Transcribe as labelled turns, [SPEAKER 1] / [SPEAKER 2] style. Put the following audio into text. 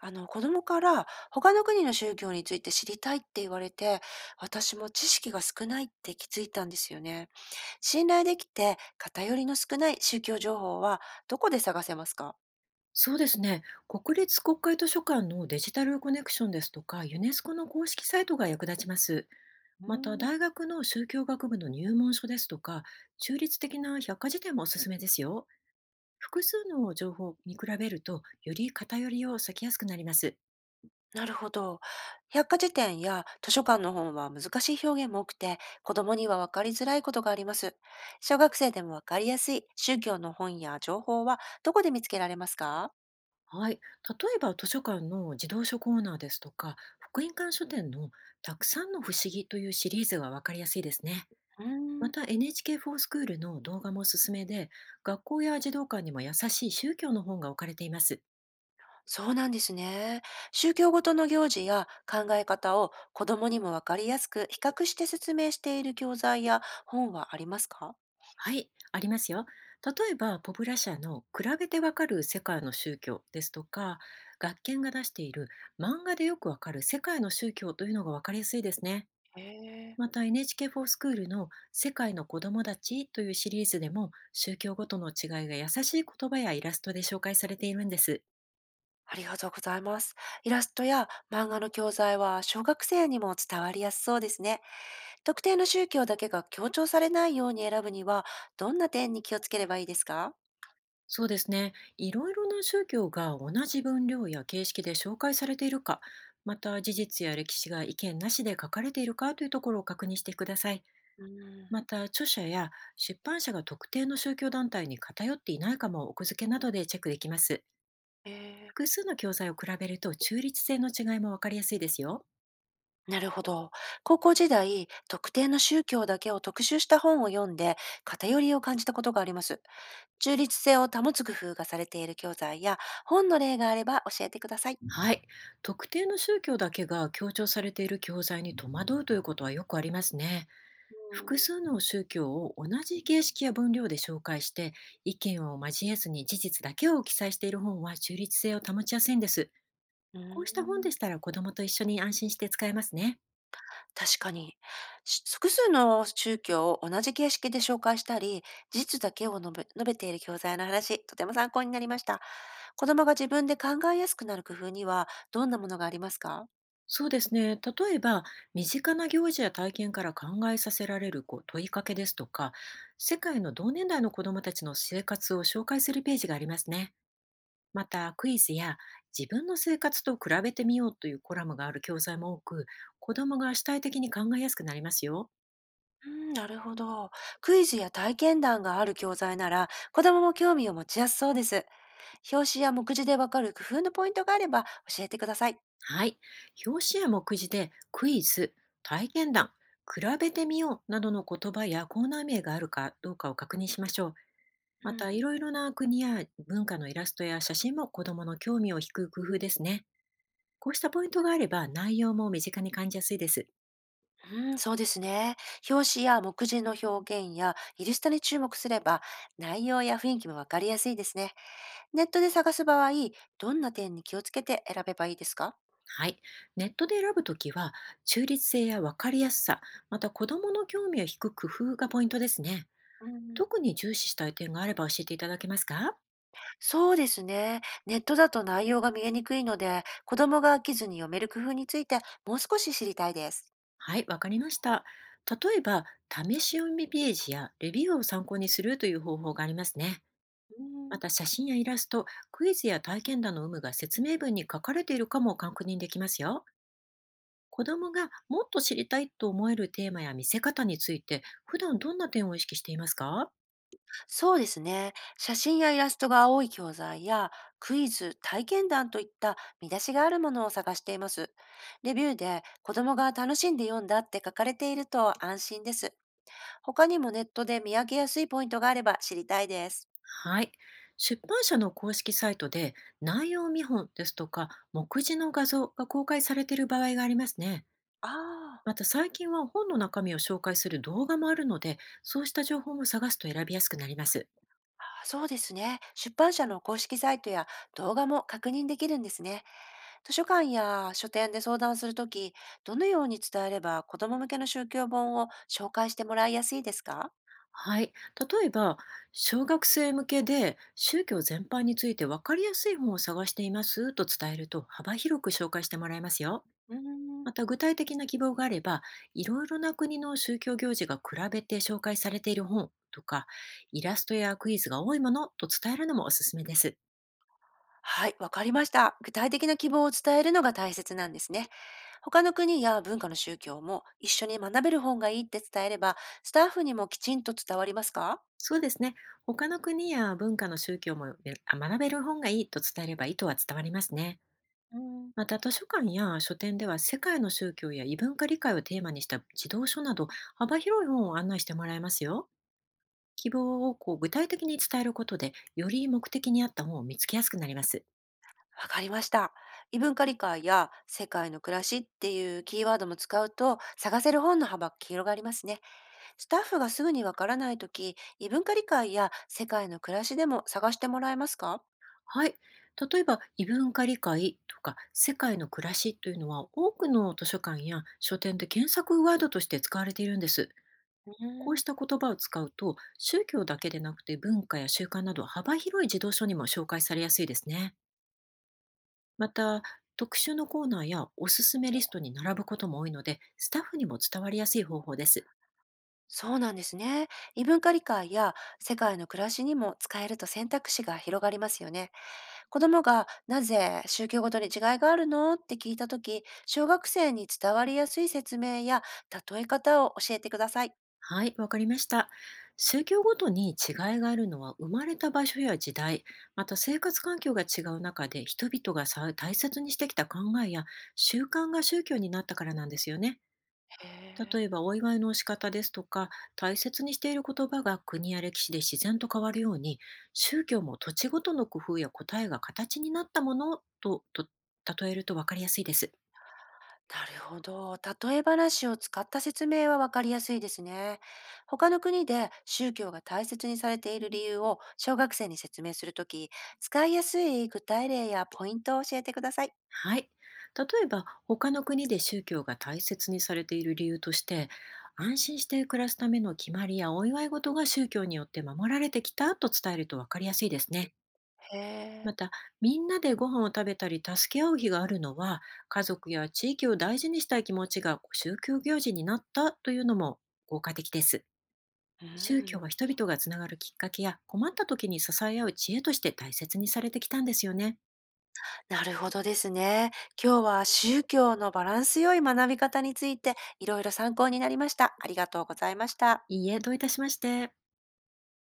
[SPEAKER 1] 子供から他の国の宗教について知りたいって言われて、私も知識が少ないって気づいたんですよね。信頼できて偏りの少ない宗教情報はどこで探せますか？
[SPEAKER 2] そうですね。国立国会図書館のデジタルコネクションですとか、ユネスコの公式サイトが役立ちます。
[SPEAKER 1] うー
[SPEAKER 2] また、
[SPEAKER 1] ん、
[SPEAKER 2] 大学の宗教学部の入門書ですとか、中立的な百科事典もおすすめですよ。複数の情報を見比べると、より偏りを避けやすくなります。
[SPEAKER 1] なるほど。百科事典や図書館の本は難しい表現も多くて、子供には分かりづらいことがあります。小学生でも分かりやすい宗教の本や情報はどこで見つけられますか？
[SPEAKER 2] はい。例えば、図書館の児童書コーナーですとか、福音館書店のたくさんの不思議というシリーズがわかりやすいですね。
[SPEAKER 1] うー
[SPEAKER 2] ま
[SPEAKER 1] ん。
[SPEAKER 2] た n h k フ s c h o o l の動画もおすすめで、学校や児童館にも優しい宗教の本が置かれています。
[SPEAKER 1] そうなんですね。宗教ごとの行事や考え方を子供にもわかりやすく比較して説明している教材や本はありますか？
[SPEAKER 2] はい、ありますよ。例えば、ポブラ社の比べてわかる世界の宗教ですとか、学研が出している漫画でよくわかる世界の宗教というのがわかりやすいですね。
[SPEAKER 1] へえ。
[SPEAKER 2] また n h k フ s c h o o l の世界の子供たちというシリーズでも宗教ごとの違いが優しい言葉やイラストで紹介されているんです。
[SPEAKER 1] ありがとうございます。イラストや漫画の教材は小学生にも伝わりやすそうですね。特定の宗教だけが強調されないように選ぶには、どんな点に気をつければいいですか？
[SPEAKER 2] そうですね。いろいろな宗教が同じ分量や形式で紹介されているか、また事実や歴史が意見なしで書かれているかというところを確認してください。
[SPEAKER 1] うん。
[SPEAKER 2] また、著者や出版社が特定の宗教団体に偏っていないかも奥付けなどでチェックできます。
[SPEAKER 1] へえ。
[SPEAKER 2] 複数の教材を比べると中立性の違いもわかりやすいですよ。
[SPEAKER 1] なるほど。高校時代、特定の宗教だけを特集した本を読んで、偏りを感じたことがあります。中立性を保つ工夫がされている教材や本の例があれば教えてください。
[SPEAKER 2] はい。特定の宗教だけが強調されている教材に戸惑うということはよくありますね。複数の宗教を同じ形式や分量で紹介して意見を交えずに事実だけを記載している本は中立性を保ちやすいんです。
[SPEAKER 1] うん、
[SPEAKER 2] こ
[SPEAKER 1] う
[SPEAKER 2] うした本
[SPEAKER 1] ーん。
[SPEAKER 2] でしたら子どもと一緒に安心して使えますね。
[SPEAKER 1] 確かに。複数の宗教を同じ形式で紹介したり、事実だけを述べている教材の話、とても参考になりました。子供が自分で考えやすくなる工夫には、どんなものがありますか？
[SPEAKER 2] そうですね。例えば、身近な行事や体験から考えさせられるこう問いかけですとか、世界の同年代の子どもたちの生活を紹介するページがありますね。また、クイズや自分の生活と比べてみようというコラムがある教材も多く、子どもが主体的に考えやすくなりますよ。
[SPEAKER 1] うん、なるほど。クイズや体験談がある教材なら、子供も興味を持ちやすそうです。表紙や目次でわかる工夫のポイントがあれば教えてください。
[SPEAKER 2] はい。表紙や目次でクイズ、体験談、比べてみようなどの言葉やコーナー名があるかどうかを確認しましょう。
[SPEAKER 1] う
[SPEAKER 2] また、い
[SPEAKER 1] ん
[SPEAKER 2] ろいろな国や文化のイラストや写真も子どもの興味を引く工夫ですね。こうしたポイントがあれば内容も身近に感じやすいです。
[SPEAKER 1] うん、そうですね。表紙や目次の表現やイラストに注目すれば、内容や雰囲気もわかりやすいですね。ネットで探す場合、どんな点に気をつけて選べばいいですか？
[SPEAKER 2] はい。ネットで選ぶときは、中立性や分かりやすさ、また子どもの興味を引く工夫がポイントですね。
[SPEAKER 1] うん、
[SPEAKER 2] 特に重視したい点があれば教えていただけますか？
[SPEAKER 1] そうですね。ネットだと内容が見えにくいので、子供が飽きずに読める工夫についてもう少し知りたいです。
[SPEAKER 2] はい、わかりました。例えば、試し読みページやレビューを参考にするという方法がありますね。
[SPEAKER 1] う
[SPEAKER 2] ま
[SPEAKER 1] ん。
[SPEAKER 2] た、写真やイラスト、クイズや体験談の有無が説明文に書かれているかも確認できますよ。子どもがもっと知りたいと思えるテーマや見せ方について、普段どんな点を意識していますか？
[SPEAKER 1] そうですね。写真やイラストが青い教材やクイズ、体験談といった見出しがあるものを探しています。レビューで子供が楽しんで読んだって書かれていると安心です。他にもネットで見分けやすいポイントがあれば知りたいです。
[SPEAKER 2] はい。出版社の公式サイトで内容見本ですとか目次の画像が公開されている場合がありますね。
[SPEAKER 1] あ
[SPEAKER 2] また最近は本の中身を紹介する動画もあるので、そうした情報も探すと選びやすくなります。
[SPEAKER 1] あ、そうですね。出版社の公式サイトや動画も確認できるんですね。図書館や書店で相談するとき、どのように伝えれば子供向けの宗教本を紹介してもらいやすいですか？
[SPEAKER 2] はい。例えば、小学生向けで宗教全般について分かりやすい本を探していますと伝えると幅広く紹介してもらえますよ。
[SPEAKER 1] うーん。
[SPEAKER 2] また具体的な希望があれば、いろいろな国の宗教行事が比べて紹介されている本とか、イラストやクイズが多いものと伝えるのもおすすめです。
[SPEAKER 1] はい、わかりました。具体的な希望を伝えるのが大切なんですね。他の国や文化の宗教も一緒に学べる方がいいって伝えれば、スタッフにもきちんと伝わりますか？
[SPEAKER 2] そうですね。他の国や文化の宗教も学べる本がいいと伝えれば意図は伝わりますね。
[SPEAKER 1] うん、
[SPEAKER 2] また図書館や書店では世界の宗教や異文化理解をテーマにした児童書など幅広い本を案内してもらえますよ。希望をこう具体的に伝えることでより目的に合った本を見つけやすくなります。
[SPEAKER 1] わかりました。異文化理解や世界の暮らしっていうキーワードも使うと探せる本の幅が広がりますね。スタッフがすぐにわからないとき、異文化理解や世界の暮らしでも探してもらえますか？
[SPEAKER 2] はい。例えば異文化理解とか世界の暮らしというのは多くの図書館や書店で検索ワードとして使われているんです。
[SPEAKER 1] う
[SPEAKER 2] こうし
[SPEAKER 1] ん。
[SPEAKER 2] た言葉を使うと、宗教だけでなくて文化や習慣など幅広い児童書にも紹介されやすいですね。また、特集のコーナーやおすすめリストに並ぶことも多いので、スタッフにも伝わりやすい方法です。
[SPEAKER 1] そうなんですね。異文化理解や世界の暮らしにも使えると選択肢が広がりますよね。子供がなぜ宗教ごとに違いがあるのって聞いたとき、小学生に伝わりやすい説明や例え方を教えてください。
[SPEAKER 2] はい、わかりました。宗教ごとに違いがあるのは生まれた場所や時代、また生活環境が違う中で人々が大切にしてきた考えや習慣が宗教になったからなんですよね。
[SPEAKER 1] へえ。
[SPEAKER 2] 例えばお祝いの仕方ですとか大切にしている言葉が国や歴史で自然と変わるように宗教も土地ごとの工夫や答えが形になったものと例えると分かりやすいです。
[SPEAKER 1] なるほど。例え話を使った説明はわかりやすいですね。他の国で宗教が大切にされている理由を小学生に説明するとき、使いやすい具体例やポイントを教えてください。
[SPEAKER 2] はい、例えば他の国で宗教が大切にされている理由として安心して暮らすための決まりやお祝い事が宗教によって守られてきたと伝えると分かりやすいですね。
[SPEAKER 1] へ
[SPEAKER 2] ま
[SPEAKER 1] え。
[SPEAKER 2] た、みんなでご飯を食べたり助け合う日があるのは、家族や地域を大事にしたい気持ちが宗教行事になったというのも効果的です。
[SPEAKER 1] う
[SPEAKER 2] 宗教
[SPEAKER 1] ん、
[SPEAKER 2] は人々がつながるきっかけや困った時に支え合う知恵として大切にされてきたんですよね。
[SPEAKER 1] なるほどですね。今日は宗教のバランス良い学び方についていろいろ参考になりました。ありがとうございました。
[SPEAKER 2] いいえ、どういたしまして。